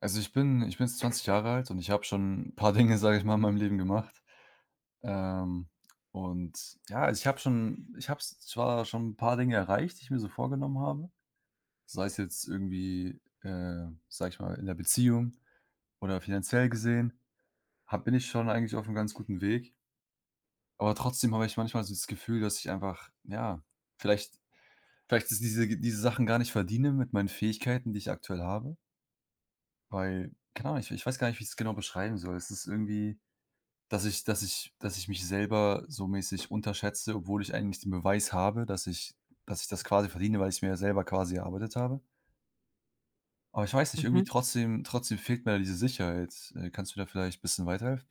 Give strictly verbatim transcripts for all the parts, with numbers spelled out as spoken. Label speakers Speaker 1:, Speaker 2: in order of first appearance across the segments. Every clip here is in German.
Speaker 1: Also, ich bin ich bin jetzt zwanzig Jahre alt und ich habe schon ein paar Dinge, sage ich mal, in meinem Leben gemacht. Ähm, und ja, also, ich habe schon ich habe s zwar schon ein paar Dinge erreicht, die ich mir so vorgenommen habe, sei es jetzt irgendwie, äh, sage ich mal, in der Beziehung oder finanziell gesehen, habe bin ich schon eigentlich auf einem ganz guten Weg. Aber trotzdem habe ich manchmal so das Gefühl, dass ich einfach, ja, vielleicht vielleicht ist diese diese Sachen gar nicht verdiene mit meinen Fähigkeiten, die ich aktuell habe, weil, keine Ahnung, ich ich weiß gar nicht, wie ich es genau beschreiben soll. Es ist irgendwie, Dass ich dass ich dass ich mich selber so mäßig unterschätze, obwohl ich eigentlich den Beweis habe, dass ich dass ich das quasi verdiene, weil ich's mir ja selber quasi erarbeitet habe. Aber ich weiß nicht, irgendwie
Speaker 2: Mhm.
Speaker 1: trotzdem trotzdem fehlt mir da diese Sicherheit. Äh, kannst du da vielleicht ein bisschen weiterhelfen?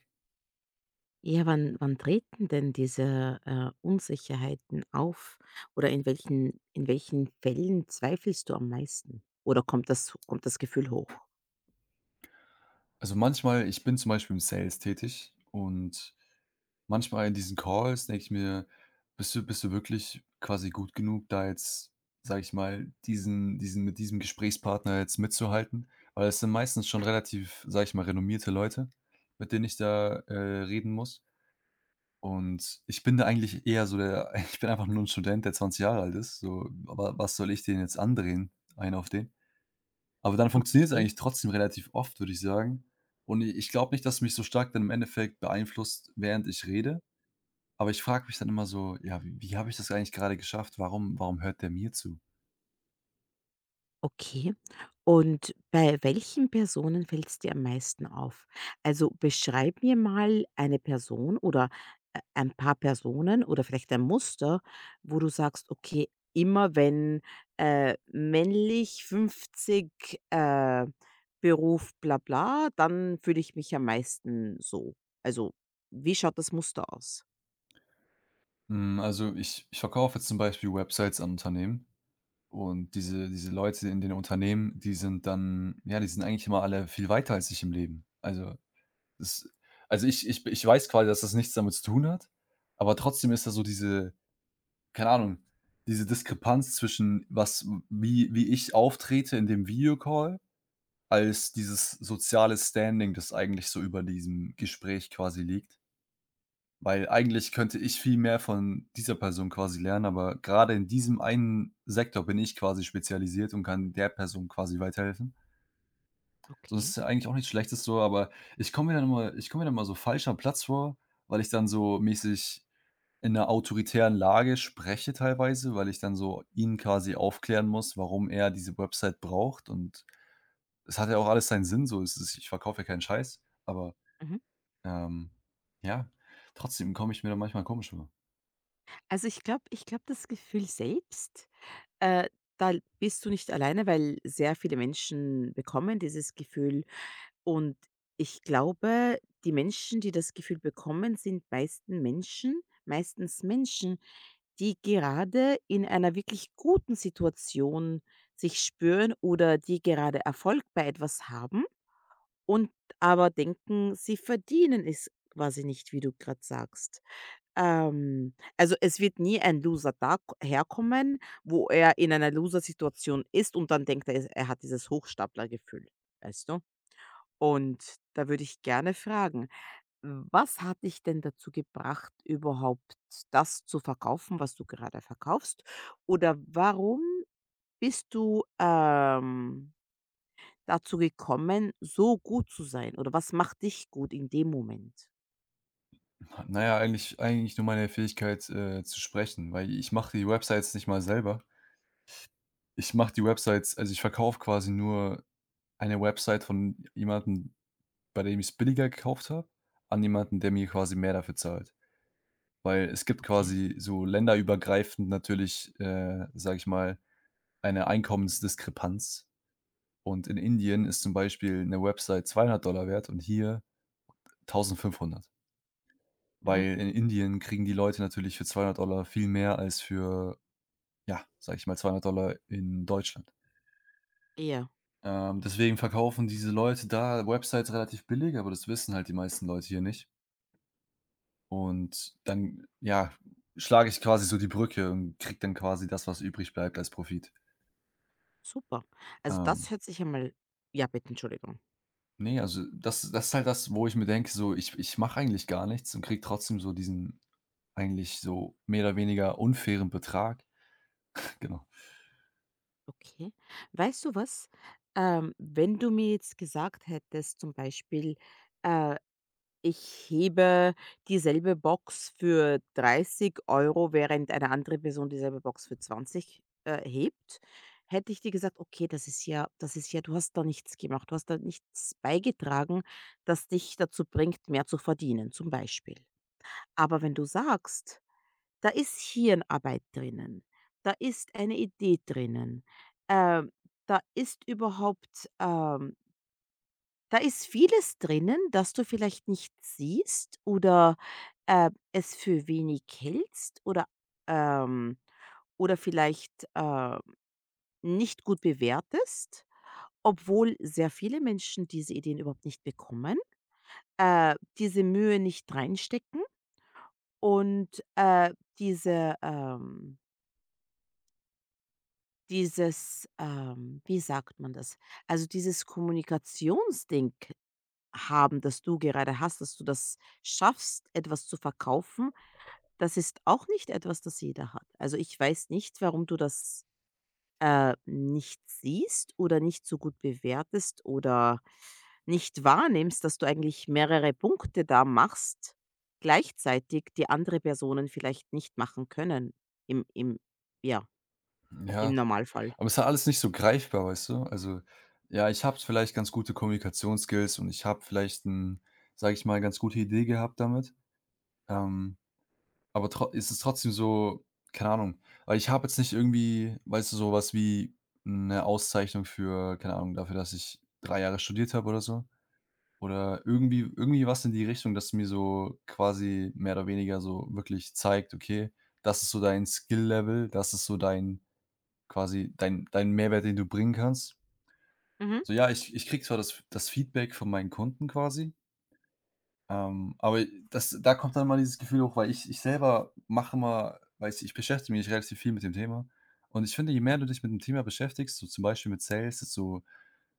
Speaker 2: Ja, wann wann treten denn diese, äh, Unsicherheiten auf oder in welchen in welchen Fällen zweifelst du am meisten? Oder kommt das kommt das Gefühl hoch?
Speaker 1: Also, manchmal, ich bin zum Beispiel im Sales tätig und manchmal in diesen Calls denke ich mir: „Bist du bist du wirklich quasi gut genug, da jetzt, sage ich mal, diesen diesen mit diesem Gesprächspartner jetzt mitzuhalten?“ Weil es sind meistens schon relativ, sage ich mal, renommierte Leute, mit denen ich da, äh, reden muss. Und ich bin da eigentlich eher so der ich bin einfach nur ein Student, der zwanzig Jahre alt ist, so, aber was soll ich denen jetzt andrehen, einen auf den? Aber dann funktioniert es
Speaker 2: Okay.
Speaker 1: eigentlich trotzdem relativ oft, würde ich sagen. Und ich glaube nicht, dass mich so stark dann im Endeffekt beeinflusst, während ich rede. Aber ich frage mich dann immer so: „Ja, wie wie habe ich das eigentlich gerade geschafft? Warum warum hört der mir zu?“
Speaker 2: Okay. Und bei welchen Personen fällt's dir am meisten auf? Also, beschreib mir mal eine Person oder, äh, ein paar Personen oder vielleicht ein Muster, wo du sagst: „Okay, immer wenn, äh, männlich, fünfzig, äh, Beruf bla bla, dann fühle ich mich am meisten so.“ Also, wie schaut das Muster aus?
Speaker 1: Hm, also, ich ich verkaufe jetzt zum Beispiel Websites an Unternehmen, und diese diese Leute in den Unternehmen, die sind dann, ja, die sind eigentlich immer alle viel weiter als ich im Leben. Also, das also, ich ich ich weiß quasi, dass das nichts damit zu tun hat, aber trotzdem ist da so diese, keine Ahnung, diese Diskrepanz zwischen was wie wie ich auftrete in dem Videocall, als dieses soziale Standing, das eigentlich so über diesem Gespräch quasi liegt. Weil eigentlich könnte ich viel mehr von dieser Person quasi lernen, aber gerade in diesem einen Sektor bin ich quasi spezialisiert und kann der Person quasi weiterhelfen. Sonst
Speaker 2: Okay.
Speaker 1: ist ja eigentlich auch nichts Schlechtes so, aber ich komme mir dann immer ich komme mir dann immer so falsch am Platz vor, weil ich dann so mäßig in einer autoritären Lage spreche teilweise, weil ich dann so ihn quasi aufklären muss, warum er diese Website braucht, und es hat ja auch alles seinen Sinn, so ist es, ich verkaufe ja keinen Scheiß, aber
Speaker 2: Mhm.
Speaker 1: ähm, ja, trotzdem komme ich mir da manchmal komisch vor.
Speaker 2: Also, ich glaube ich glaube, das Gefühl selbst, Äh, da bist du nicht alleine, weil sehr viele Menschen bekommen dieses Gefühl, und ich glaube, die Menschen, die das Gefühl bekommen, sind meisten Menschen meistens Menschen, die gerade in einer wirklich guten Situation sich spüren oder die gerade Erfolg bei etwas haben und aber denken, sie verdienen es quasi nicht, wie du gerade sagst. Ähm, also, es wird nie ein Loser da herkommen, wo er in einer Loser-Situation ist und dann denkt er, er hat dieses Hochstaplergefühl, weißt du? Und da würde ich gerne fragen, was hat dich denn dazu gebracht, überhaupt das zu verkaufen, was du gerade verkaufst? Oder warum bist du, ähm, dazu gekommen, so gut zu sein? Oder was macht dich gut in dem Moment?
Speaker 1: Naja, eigentlich eigentlich nur meine Fähigkeit, äh, zu sprechen, weil ich mache die Websites nicht mal selber. Ich mache die Websites Also, ich verkaufe quasi nur eine Website von jemandem, bei dem ich es billiger gekauft habe, an jemanden, der mir quasi mehr dafür zahlt. Weil es gibt
Speaker 2: Okay.
Speaker 1: quasi so länderübergreifend natürlich, äh, sage ich mal, eine Einkommensdiskrepanz. Und in Indien ist zum Beispiel eine Website zweihundert wert und hier eintausendfünfhundert,
Speaker 2: Mhm.
Speaker 1: weil in Indien kriegen die Leute natürlich für zweihundert viel mehr als für, ja, sage ich mal, zweihundert in Deutschland.
Speaker 2: Ja.
Speaker 1: Ähm, deswegen verkaufen diese Leute da Websites relativ billig, aber das wissen halt die meisten Leute hier nicht. Und dann, ja, schlage ich quasi so die Brücke und krieg dann quasi das, was übrig bleibt als Profit.
Speaker 2: Super. Also,
Speaker 1: Ähm.
Speaker 2: das hört sich einmal. Ja, bitte, Entschuldigung.
Speaker 1: Ne, also das das ist halt das, wo ich mir denke, so, ich ich mache eigentlich gar nichts und kriege trotzdem so diesen eigentlich so mehr oder weniger unfairen Betrag. Genau.
Speaker 2: Okay. Weißt du was? Ähm, wenn du mir jetzt gesagt hättest, zum Beispiel, äh, ich hebe dieselbe Box für dreißig Euro, während eine andere Person dieselbe Box für zwanzig äh, hebt, hätte ich dir gesagt: „Okay, das ist ja das ist ja du hast da nichts gemacht. Du hast da nichts beigetragen, das dich dazu bringt, mehr zu verdienen“, zum Beispiel. Aber wenn du sagst: Da ist Hirnarbeit drinnen, da ist eine Idee drinnen, ähm, da ist überhaupt ähm, da ist vieles drinnen, das du vielleicht nicht siehst oder, äh, es für wenig hältst oder, ähm oder vielleicht, äh, nicht gut bewertest, obwohl sehr viele Menschen diese Ideen überhaupt nicht bekommen, äh, diese Mühe nicht reinstecken und, äh, diese, ähm Dieses, ähm, wie sagt man das? Also, dieses Kommunikationsding haben, das du gerade hast, dass du das schaffst, etwas zu verkaufen, das ist auch nicht etwas, das jeder hat. Also, ich weiß nicht, warum du das, äh, nicht siehst oder nicht so gut bewertest oder nicht wahrnimmst, dass du eigentlich mehrere Punkte da machst gleichzeitig, die andere Personen vielleicht nicht machen können im im ja, im
Speaker 1: Ja,
Speaker 2: Normalfall.
Speaker 1: aber es ist halt alles nicht so greifbar, weißt du? Also, ja, ich habe vielleicht ganz gute Kommunikationsskills und ich habe vielleicht ein, sage ich mal, ganz gute Idee gehabt damit. Ähm, aber tro ist es trotzdem so, keine Ahnung, weil ich habe jetzt nicht irgendwie, weißt du, so was wie eine Auszeichnung für, keine Ahnung, dafür, dass ich drei Jahre studiert habe oder so. Oder irgendwie irgendwie was in die Richtung, dass mir so quasi mehr oder weniger so wirklich zeigt: „Okay, das ist so dein Skill-Level, das ist so dein quasi dein dein Mehrwert, den du bringen kannst.“
Speaker 2: Mhm,
Speaker 1: So, ja, ich ich kriege zwar das das Feedback von meinen Kunden quasi, ähm, aber das da kommt dann mal dieses Gefühl hoch, weil ich ich selber mache mal, weiß ich ich beschäftige mich relativ viel mit dem Thema. Und ich finde, je mehr du dich mit dem Thema beschäftigst, so zum Beispiel mit Sales, desto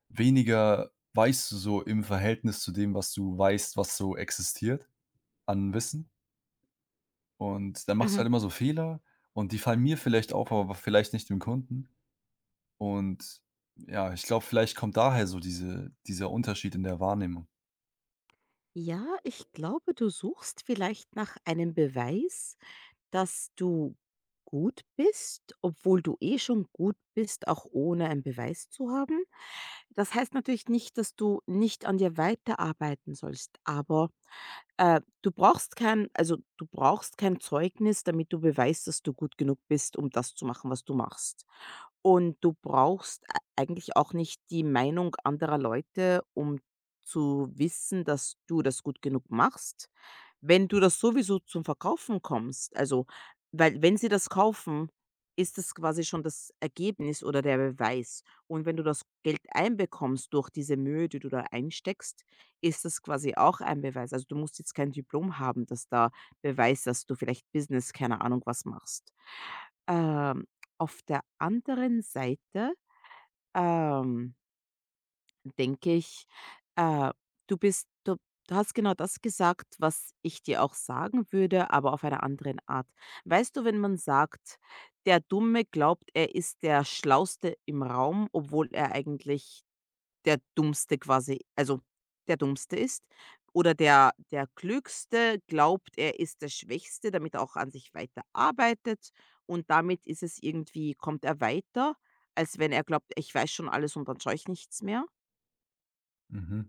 Speaker 1: weniger weißt du so im Verhältnis zu dem, was du weißt, was so existiert an Wissen. Und dann machst du halt
Speaker 2: mhm.
Speaker 1: immer so Fehler und die fallen mir vielleicht auf, aber vielleicht nicht dem Kunden. Und ja, ich glaube, vielleicht kommt daher so diese dieser Unterschied in der Wahrnehmung.
Speaker 2: Ja, ich glaube, du suchst vielleicht nach einem Beweis, dass du gut bist, obwohl du eh schon gut bist, auch ohne einen Beweis zu haben. Das heißt natürlich nicht, dass du nicht an dir weiterarbeiten sollst, aber äh, du brauchst kein, also du brauchst kein Zeugnis, damit du beweist, dass du gut genug bist, um das zu machen, was du machst. Und du brauchst ei eigentlich auch nicht die Meinung anderer Leute, um zu wissen, dass du das gut genug machst, wenn du das sowieso zum Verkaufen kommst. Also, weil wenn sie das kaufen, ist das quasi schon das Ergebnis oder der Beweis. Und wenn du das Geld einbekommst durch diese Mühe, die du da einsteckst, ist das quasi auch ein Beweis. Also, du musst jetzt kein Diplom haben, das da beweist, dass du vielleicht Business, keine Ahnung was machst. Ähm, auf der anderen Seite, ähm, denke ich, äh, du bist du du hast genau das gesagt, was ich dir auch sagen würde, aber auf einer anderen Art. Weißt du, wenn man sagt: „Der Dumme glaubt, er ist der Schlauste im Raum, obwohl er eigentlich der Dummste quasi also, der Dummste ist, oder der der Klügste glaubt, er ist der Schwächste, damit er auch an sich weiter arbeitet und damit ist es irgendwie kommt er weiter, als wenn er glaubt: „Ich weiß schon alles und dann schaue ich nichts mehr.“
Speaker 1: Mhm.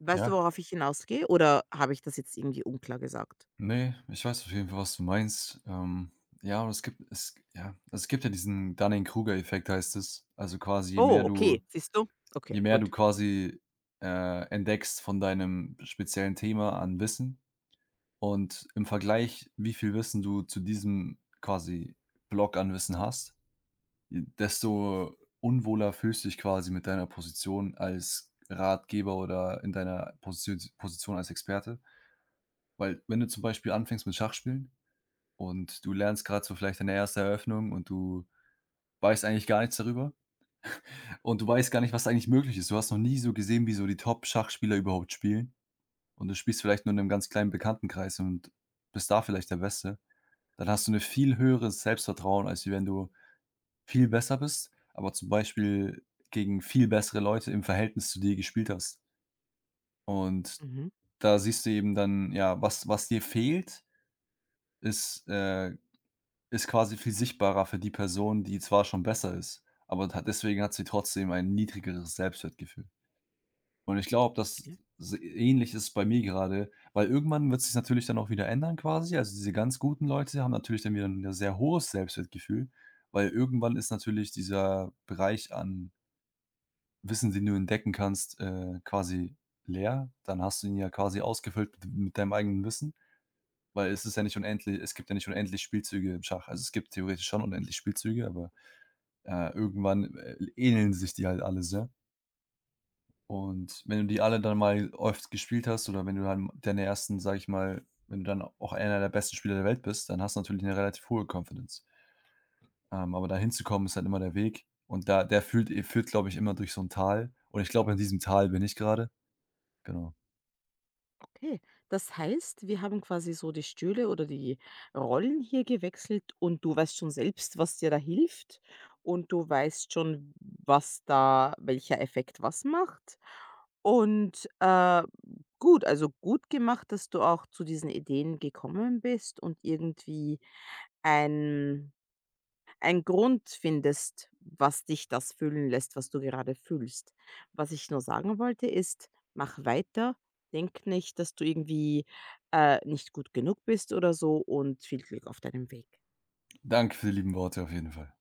Speaker 2: Weißt du,
Speaker 1: Ja.
Speaker 2: worauf ich hinausgehe, oder habe ich das jetzt irgendwie unklar gesagt?
Speaker 1: Ne, ich weiß auf jeden Fall, was du meinst. Ähm, ja, aber es gibt es ja, also es gibt ja diesen Dunning-Kruger-Effekt, heißt es. Also, quasi, je mehr
Speaker 2: Oh,
Speaker 1: du
Speaker 2: okay, siehst du? Okay,
Speaker 1: je mehr du
Speaker 2: gut.
Speaker 1: quasi, äh, entdeckst von deinem speziellen Thema an Wissen und im Vergleich, wie viel Wissen du zu diesem quasi Block an Wissen hast, desto unwohler fühlst du dich quasi mit deiner Position als Ratgeber oder in deiner Position Position als Experte. Weil wenn du zum Beispiel anfängst mit Schachspielen und du lernst gerade so vielleicht deine erste Eröffnung und du weißt eigentlich gar nichts darüber und du weißt gar nicht, was eigentlich möglich ist. Du hast noch nie so gesehen, wie so die Top-Schachspieler überhaupt spielen, und du spielst vielleicht nur in einem ganz kleinen Bekanntenkreis und bist da vielleicht der Beste. Dann hast du 'ne viel höheres Selbstvertrauen, als wenn du viel besser bist, aber zum Beispiel gegen viel bessere Leute im Verhältnis zu dir gespielt hast. Und
Speaker 2: Mhm,
Speaker 1: da siehst du eben dann, ja, was was dir fehlt, ist, äh, Ist quasi viel sichtbarer für die Person, die zwar schon besser ist, aber hat deswegen hat sie trotzdem ein niedrigeres Selbstwertgefühl. Und ich glaube, das
Speaker 2: okay.
Speaker 1: s ähnlich ist bei mir gerade, weil irgendwann wird sich natürlich dann auch wieder ändern quasi. Also, diese ganz guten Leute haben natürlich dann wieder ein sehr hohes Selbstwertgefühl, weil irgendwann ist natürlich dieser Bereich an Wissen, den du entdecken kannst, äh, quasi leer. Dann hast du ihn ja quasi ausgefüllt mit mit deinem eigenen Wissen, weil es ist ja nicht unendlich es gibt ja nicht unendlich Spielzüge im Schach. Also, es gibt theoretisch schon unendlich Spielzüge, aber äh, irgendwann äh, ähneln sich die halt alle sehr. Und wenn du die alle dann mal oft gespielt hast oder wenn du dann deine ersten, sage ich mal, wenn du dann auch einer der besten Spieler der Welt bist, dann hast du natürlich eine relativ hohe Confidence. Ähm, aber da hinzukommen ist halt immer der Weg und da der führt e führt, glaube ich, immer durch so ein Tal und ich glaube, in diesem Tal bin ich gerade. Genau.
Speaker 2: Okay, das heißt, wir haben quasi so die Stühle oder die Rollen hier gewechselt und du weißt schon selbst, was dir da hilft und du weißt schon, was da, welcher Effekt was macht. Und äh, gut, also gut gemacht, dass du auch zu diesen Ideen gekommen bist und irgendwie ein einen Grund findest, was dich das fühlen lässt, was du gerade fühlst. Was ich nur sagen wollte, ist, mach weiter. Denk nicht, dass du irgendwie äh, nicht gut genug bist oder so, und viel Glück auf deinem Weg.
Speaker 1: Danke für die lieben Worte auf jeden Fall.